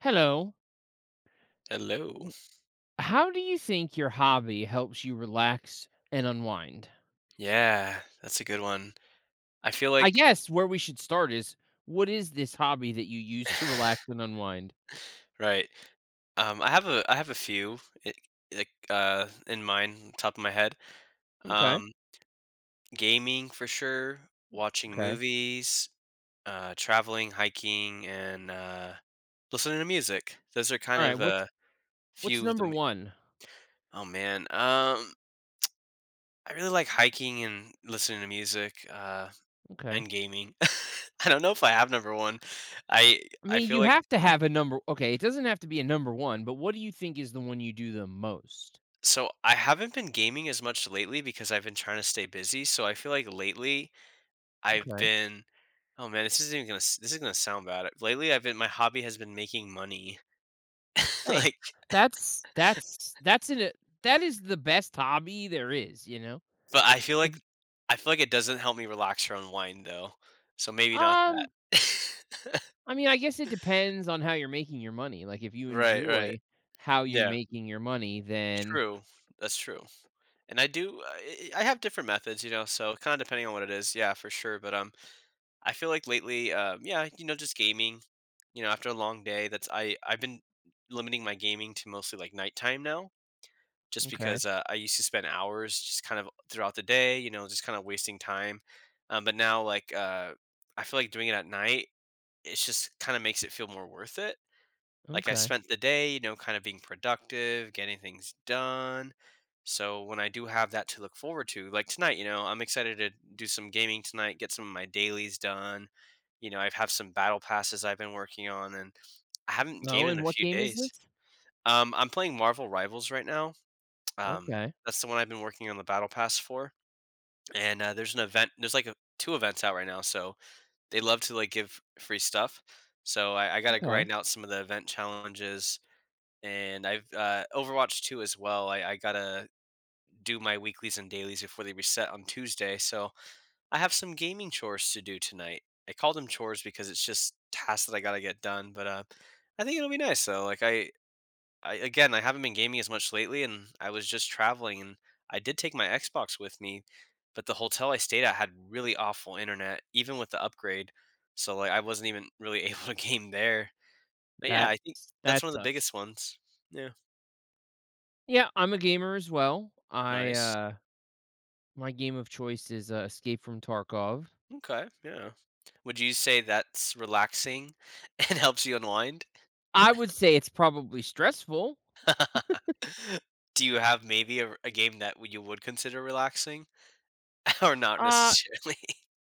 Hello. Hello. How do you think your hobby helps you relax and unwind? Yeah, that's a good one. I feel I like guess where we should start is what is this hobby that you use to relax and unwind? right. I have a few it, like in mind, top of my head. Okay. Um, Gaming for sure, watching Okay. movies, traveling, hiking, and listening to music. Those are All kind right. of What's a what's few of the. number ma- one? Oh man, I really like hiking and listening to music, Okay. and gaming. I don't know if I have number one. I I I mean, feel you like. have to have a number. Okay, it doesn't have to be a number one, but what do you think is the one you do the most? So I haven't been gaming as much lately because I've been trying to stay busy. So I feel like lately I've Okay. been oh man, this isn't even this is gonna sound bad. Lately I've been my hobby has been making money. Hey, like that's an that is the best hobby there is. You know. but I feel like It's- it doesn't help me relax or unwind though. So maybe not that. Um, I mean, I guess it depends on how you're making your money. Like, if you Right, right. enjoy how you're Yeah. making your money, then True. That's true. And I do I have different methods, you know, so kind of depending on what it is. Yeah, for sure, but I feel like lately, yeah, you know, just gaming. You know, after a long day, that's I've been limiting my gaming to mostly like nighttime now, just okay, because I used to spend hours just kind of throughout the day, you know, just kind of wasting time. But now, like, I feel like doing it at night, it's just kind of makes it feel more worth it. Like I okay. spent the day, you know, kind of being productive, getting things done. So when I do have that to look forward to, like tonight, you know, I'm excited to do some gaming tonight, get some of my dailies done. You know, I have some battle passes I've been working on, and I haven't gamed Oh, in and a what few game is this? days. I'm playing Marvel Rivals right now. Um, Okay, that's the one I've been working on the battle pass for. And there's an event. There's two events out right now, so they love to like give free stuff. So I got to okay. grind out some of the event challenges and I've Overwatch 2 as well. I gotta do my weeklies and dailies before they reset on Tuesday, so I have some gaming chores to do tonight. I call them chores because it's just tasks that I gotta get done, but I think it'll be nice though. I again, I haven't been gaming as much lately, and I was just traveling, and I did take my Xbox with me, but the hotel I stayed at had really awful internet, even with the upgrade. So like I wasn't even really able to game there. But yeah, That I think that's that one of the sucks. biggest ones. Yeah, Yeah, I'm a gamer as well. I nice. uh my game of choice is Escape from Tarkov. Okay, yeah. Would you say that's relaxing and helps you unwind? I would say it's probably stressful. Do you have maybe a game that you would consider relaxing or not Uh, necessarily?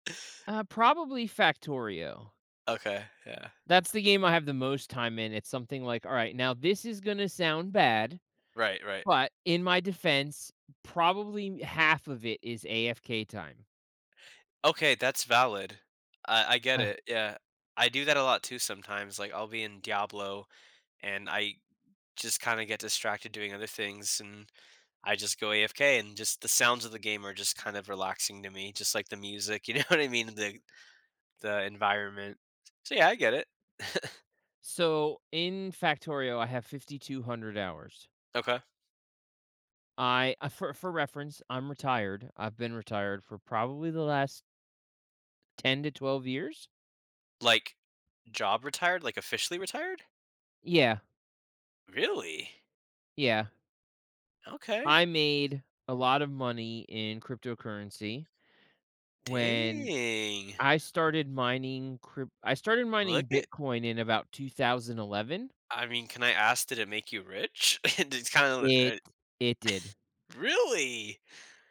probably Factorio. Okay, yeah. That's the game I have the most time in. It's something like, all right, now this is going to sound bad. Right, right. But in my defense, probably half of it is AFK time. Okay, that's valid. I get Huh. it. Yeah. I do that a lot too sometimes. Like I'll be in Diablo and I just kind of get distracted doing other things and I just go AFK and just the sounds of the game are just kind of relaxing to me, just like the music, you know what I mean? The environment. So yeah, I get it. So in Factorio, I have 5,200 hours. Okay. I for reference, I'm retired. I've been retired for probably the last 10 to 12 years. Like job retired, like officially retired? Yeah. Really? Yeah. Okay. I made a lot of money in cryptocurrency when Dang. I started Look mining at Bitcoin in about 2011. I mean, can I ask did it make you rich? it's kind of It it did. really?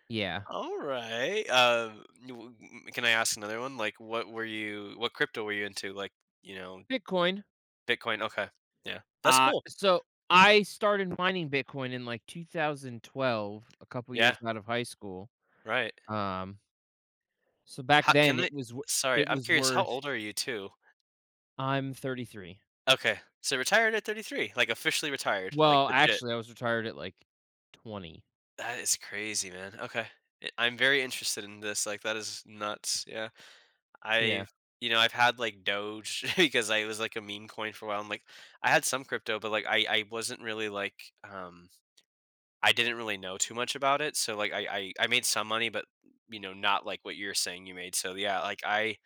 Yeah. All right. Can I ask another one? Like what were you what crypto were you into? Like, you know, Bitcoin Bitcoin. Okay. Yeah. That's Uh, cool. so I started mining Bitcoin in like 2012, a couple Yeah, years out of high school. right. Um, so back How can then I sorry, it I'm was curious how worth old are you too? I'm 33. Okay, so retired at 33, like, officially retired, like, Well, legit. actually I was retired at like 20. That is crazy, man. Okay. I'm very interested in this, like, that is nuts, yeah. Yeah. I've you know, I've had, like, Doge because I was, like, a meme coin for a while, and, like, I had some crypto, but, like, I wasn't really, like, um I didn't really know too much about it, so, like, I made some money, but, you know, not like what you're saying you made, so, yeah, like,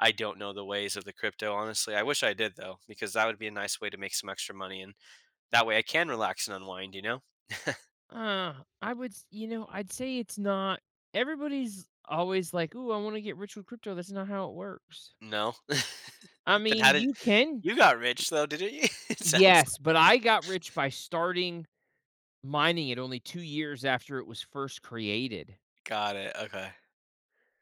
I don't know the ways of the crypto, honestly. I wish I did, though, because that would be a nice way to make some extra money and that way I can relax and unwind, you know? Uh, I would, you know, I'd say it's not everybody's always like, "Ooh, I want to get rich with crypto." That's not how it works. No? I Then mean, how did you can, you got rich though, didn't you? It sounds yes, like but I got rich by starting mining it only 2 years after it was first created. got it, okay.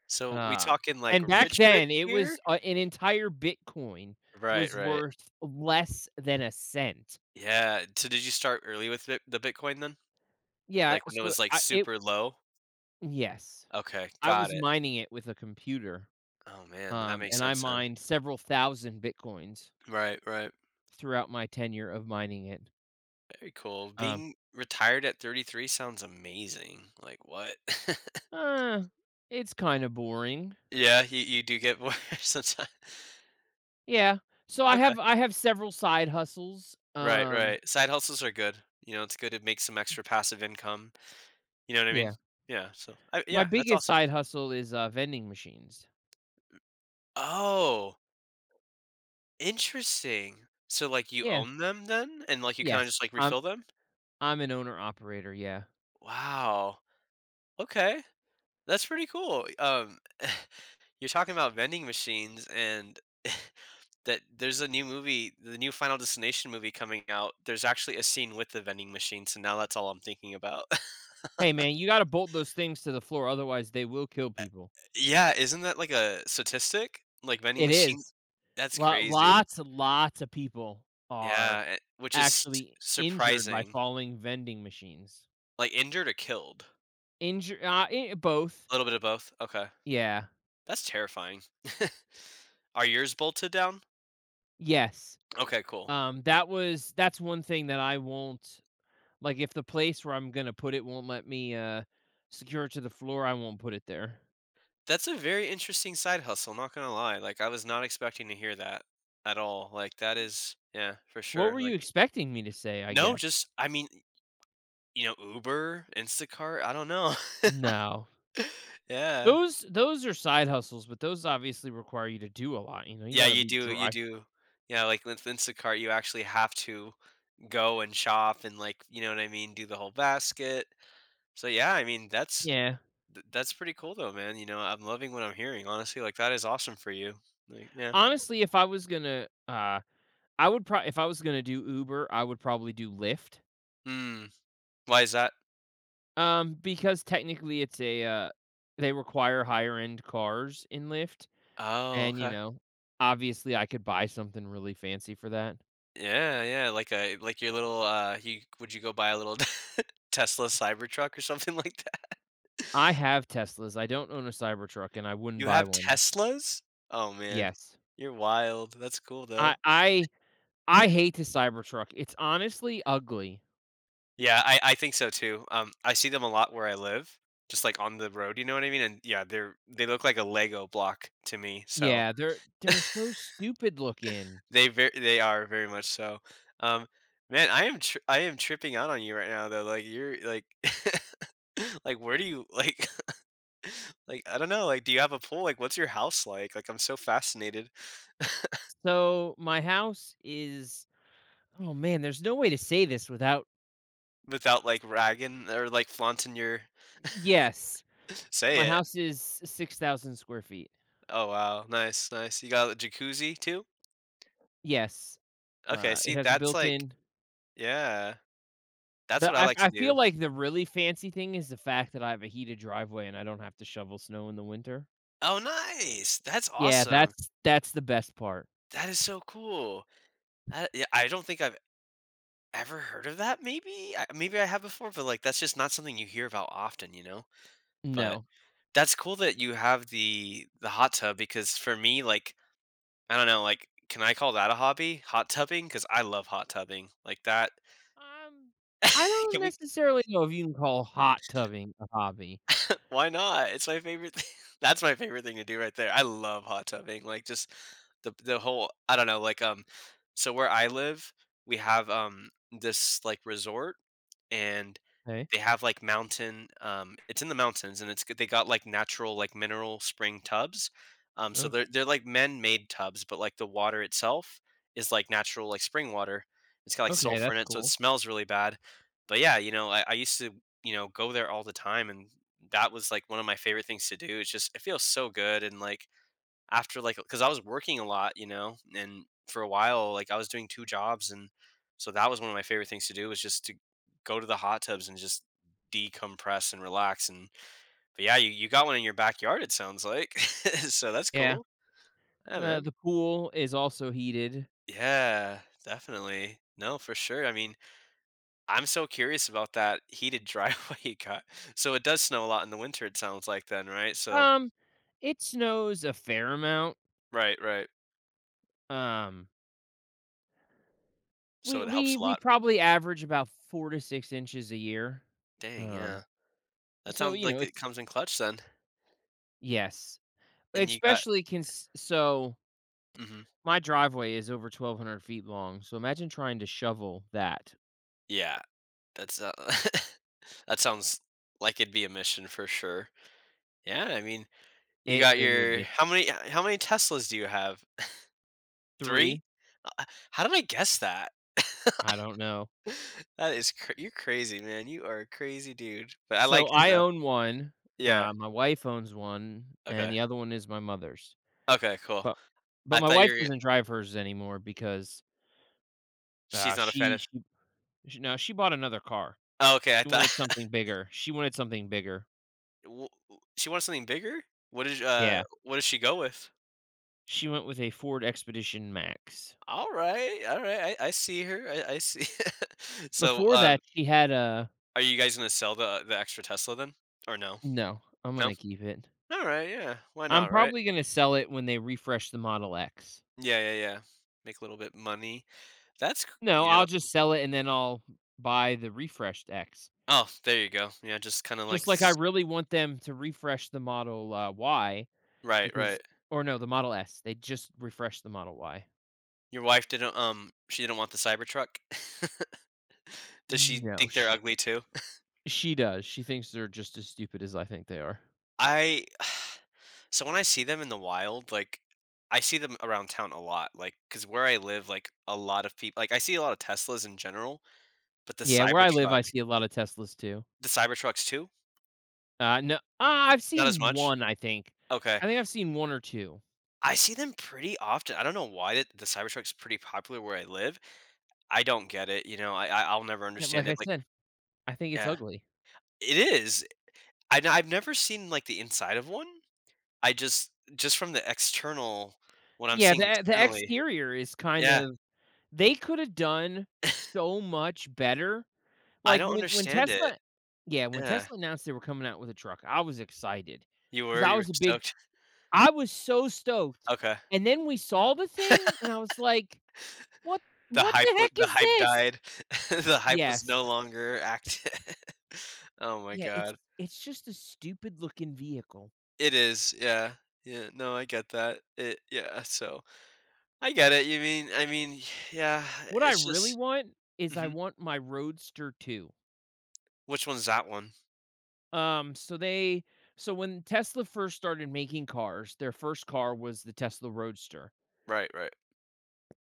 So we Um, talking like and back rich, rich then it here? was, an entire Bitcoin Right, was right. worth less than a cent. Yeah, so did you start early with bit the Bitcoin then? Yeah, Like when it so was like I it super low? yes. Okay, I got was it. mining it with a computer, Oh man, that makes and I sense then. mined several thousand Bitcoins Right, right. throughout my tenure of mining it. Very cool. Um, Being retired at 33 sounds amazing. Like what? uh, it's kinda boring. Yeah, you do get more sometimes. Yeah, so I Okay. have I have several side hustles, Right, right. Side hustles are good. You know, it's good to make some extra passive income. You know what I mean? yeah. Yeah. So, My yeah, that's biggest awesome. side hustle is, vending machines. Oh, interesting. So, like, you Yeah, own them then, and like, you kind of yes. just like refill them. I'm an owner operator, yeah. Wow. Okay, that's pretty cool. You're talking about vending machines, and that there's a new movie, the new Final Destination movie coming out. There's actually a scene with the vending machine, so now that's all I'm thinking about. Hey, man, you gotta bolt those things to the floor, otherwise they will kill Uh, people. yeah, isn't that like a statistic? Like vending It machines is. that's Lot crazy. lots lots of people are Yeah, eh, which is s actually injured by surprising. falling vending machines. Like injured or killed? Both. A little bit of both? Okay. Yeah. That's terrifying. Are yours bolted down? Yes. Okay, cool. That's one thing that I won't like, if the place where I'm gonna put it won't let me, secure it to the floor, I won't put it there. That's a very interesting side hustle, not gonna lie. Like, I was not expecting to hear that at all. Like, that is yeah, for What sure. were you Like expecting me to say, I no, guess? just I mean, you know, Uber, Instacart, I don't know. No. Yeah. Those are side hustles, but those obviously require you to do a lot, you know, you Yeah, gotta be you drive do. Yeah, like with Instacart, you actually have to go and shop and like, you know what I mean, do the whole basket. So yeah, I mean, that's yeah. That's pretty cool though, man. You know, I'm loving what I'm hearing. Honestly, like that is awesome for you. Like, yeah. Honestly, if I was gonna, I would probably if I was gonna do Uber, I would probably do Lyft, Hmm. Why is that? Because technically they require higher end cars in Lyft, Oh, and, you okay. know, obviously I could buy something really fancy for that. Yeah, yeah, like a like your little you would you go buy a little Tesla Cybertruck or something like that? I have Teslas, I don't own a Cybertruck, and I wouldn't You buy have one. Teslas? Oh man. Yes. You're wild. That's cool I though. I I hate the Cybertruck, it's honestly ugly. Yeah, I think so too. I see them a lot where I live, just like on the road, you know what I mean? And yeah, they're they look like a Lego block to me. So Yeah, they're so stupid looking. they very they are very much so. Um, man, I am tripping out on you right now though. Like you're like like where do you like like I don't know. Like do you have a pool? Like what's your house like? Like I'm so fascinated So my house is oh man, there's no way to say this without without like ragging or like flaunting your yes. My say it. house is 6,000 square feet. Oh wow, nice, nice. You got a jacuzzi too? Yes. Okay, It see has a that's like built-in yeah. That's what the I I like to I do. feel like the really fancy thing is the fact that I have a heated driveway and I don't have to shovel snow in the winter. Oh, nice! That's Yeah, awesome. that's the best part. That is so cool. That yeah, I don't think I've ever heard of that, maybe? I maybe I have before, but, like, that's just not something you hear about often, you know? But No. that's cool that you have the hot tub because for me, like, I don't know, like, can I call that a hobby? Hot tubbing because I love hot tubbing. Like, that Um, I don't can we necessarily know if you can call hot tubbing a hobby. Why not? It's my favorite thing. That's my favorite thing to do right there. I love hot tubbing. Like just the whole I don't know, like so where I live, we have this like resort and Okay. they have like mountain it's in the mountains and they got like natural like mineral spring tubs. So O they're like men-made tubs, but like the water itself is like natural like spring water. It's got like okay, sulfur in that's it, so it cool. smells really bad. But yeah, you know, I used to, you know, go there all the time and that was like one of my favorite things to do. It's just it feels so good and like after like because I was working a lot, you know, and for a while like I was doing two jobs and so that was one of my favorite things to do was just to go to the hot tubs and just decompress and relax and but yeah, you got one in your backyard it sounds like. So that's Yeah. cool. Yeah, man. The pool is also heated. Yeah, definitely. No, for sure. I mean, I'm so curious about that heated driveway you got. So it does snow a lot in the winter, it sounds like then, right? So Um, it snows a fair amount. right, right. Um, So we it helps we a we lot. probably average about 4 to 6 inches a year. Dang, Um, yeah. That so sounds you know like it it's comes in clutch then. yes, And you got especially so mhm. my driveway is over 1,200 feet long. So imagine trying to shovel that. Yeah, that's, that sounds like it'd be a mission for sure. Yeah, I mean, you It got it would your be how many Teslas do you have? 3? three. Uh, how did I guess that? I don't know. That is cra you're crazy, man. You are a crazy dude, but I like So it I though. own one. Yeah, My wife owns one, and okay. the other one is my mother's. Okay, cool. But but I my thought wife you are doesn't drive hers anymore because, uh, she's not a fan she of she she no, she bought another car. oh, okay, I She thought wanted something bigger. She wanted something bigger. W w she wants something bigger? Yeah. What did she go with? She went with a Ford Expedition Max. Alright, alright, I see her, I see So, Before that, she had a are you guys gonna sell the extra Tesla then? Or no? no, I'm No? gonna keep it. Alright, yeah, why I'm not, right? probably gonna sell it when they refresh the Model X. Yeah, yeah, yeah. Make a little bit money. That's c No, you I'll know just sell it and then I'll buy the refreshed X. Oh, there you go. Yeah, just kinda like Just like I s really want them to refresh the Model Y right, because right. or no, the Model S. They just refreshed the Model Y. Your wife didn't, she didn't want the Cybertruck? Does she No, think they're ugly too? she does, she thinks they're just as stupid as I think they are. I so when I see them in the wild, like, I see them around town a lot, like because where I live, like, a lot of people like, I see a lot of Teslas in general, but the Yeah, where I live, Cybertruck I see a lot of Teslas too. the Cybertrucks too? No ah, I've Not as seen much? 1, I think. Okay. I think I've seen 1 or 2. I see them pretty often. I don't know why that the Cybertruck's pretty popular where I live. I don't get it, you know, I'll never Yeah, understand like I it, like said, I think it's yeah. ugly. It is. I've never seen, like, the inside of one. I just from the external what I'm Yeah, seeing the externally. exterior is kind Yeah. of they coulda done so much better. I Like, don't when when understand it. Tesla yeah, when Yeah. Tesla announced they were coming out with a truck, I was excited You because were? I You were was a big stoked? I was so stoked, Okay. and then we saw the thing, and I was like What what the heck The is hype this? died. The hype was no Yes. longer active. Oh my Yeah, it's god. it's just a stupid looking vehicle. It is, yeah. Yeah, no, I get that. It yeah, so I get it, you mean I mean, yeah, What I it's really just want is I mhm. want my Roadster too. Which one's that one? Um, so they so when Tesla first started making cars, their first car was the Tesla Roadster. Right, right,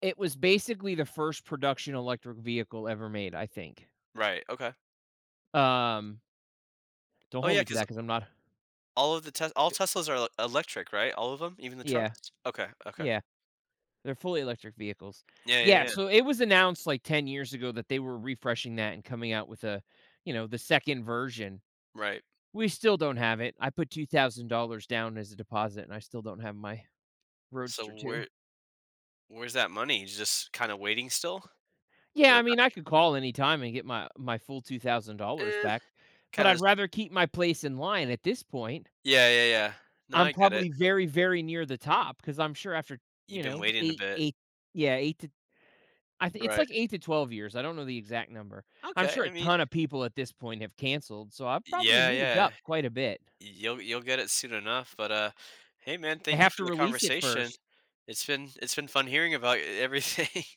It was basically the first production electric vehicle ever made, I think. right, okay. Um, don't Oh, hold yeah, me to that because because 'cause I'm not all of the Tes all Teslas are el electric, right? All of them? Even the yeah, trucks? Okay, okay. yeah. They're fully electric vehicles. Yeah, yeah, Yeah, yeah. so it was announced like 10 years ago that they were refreshing that and coming out with a, you know, the second version. Right. We still don't have it. I put $2,000 down as a deposit and I still don't have my So Roadster 2. Where's that money? Just kinda waiting still for Yeah, I that? mean, I could call anytime and get my full $2,000 Eh. back, but Kinda I'd rather keep my place in line at this point. yeah, yeah, yeah. No, I'm I get it. probably very, very near the top because I'm sure after, You've you been know, waiting a bit, 8 to I th it's right. like 8 to 12 years, I don't know the exact number. I'm Okay, sure I a mean ton of people at this point have canceled, so I've probably yeah, moved yeah. up quite a bit. You'll get it soon enough, but, hey, man, I thank you have for to the release it conversation. first. It's been fun hearing about e everything.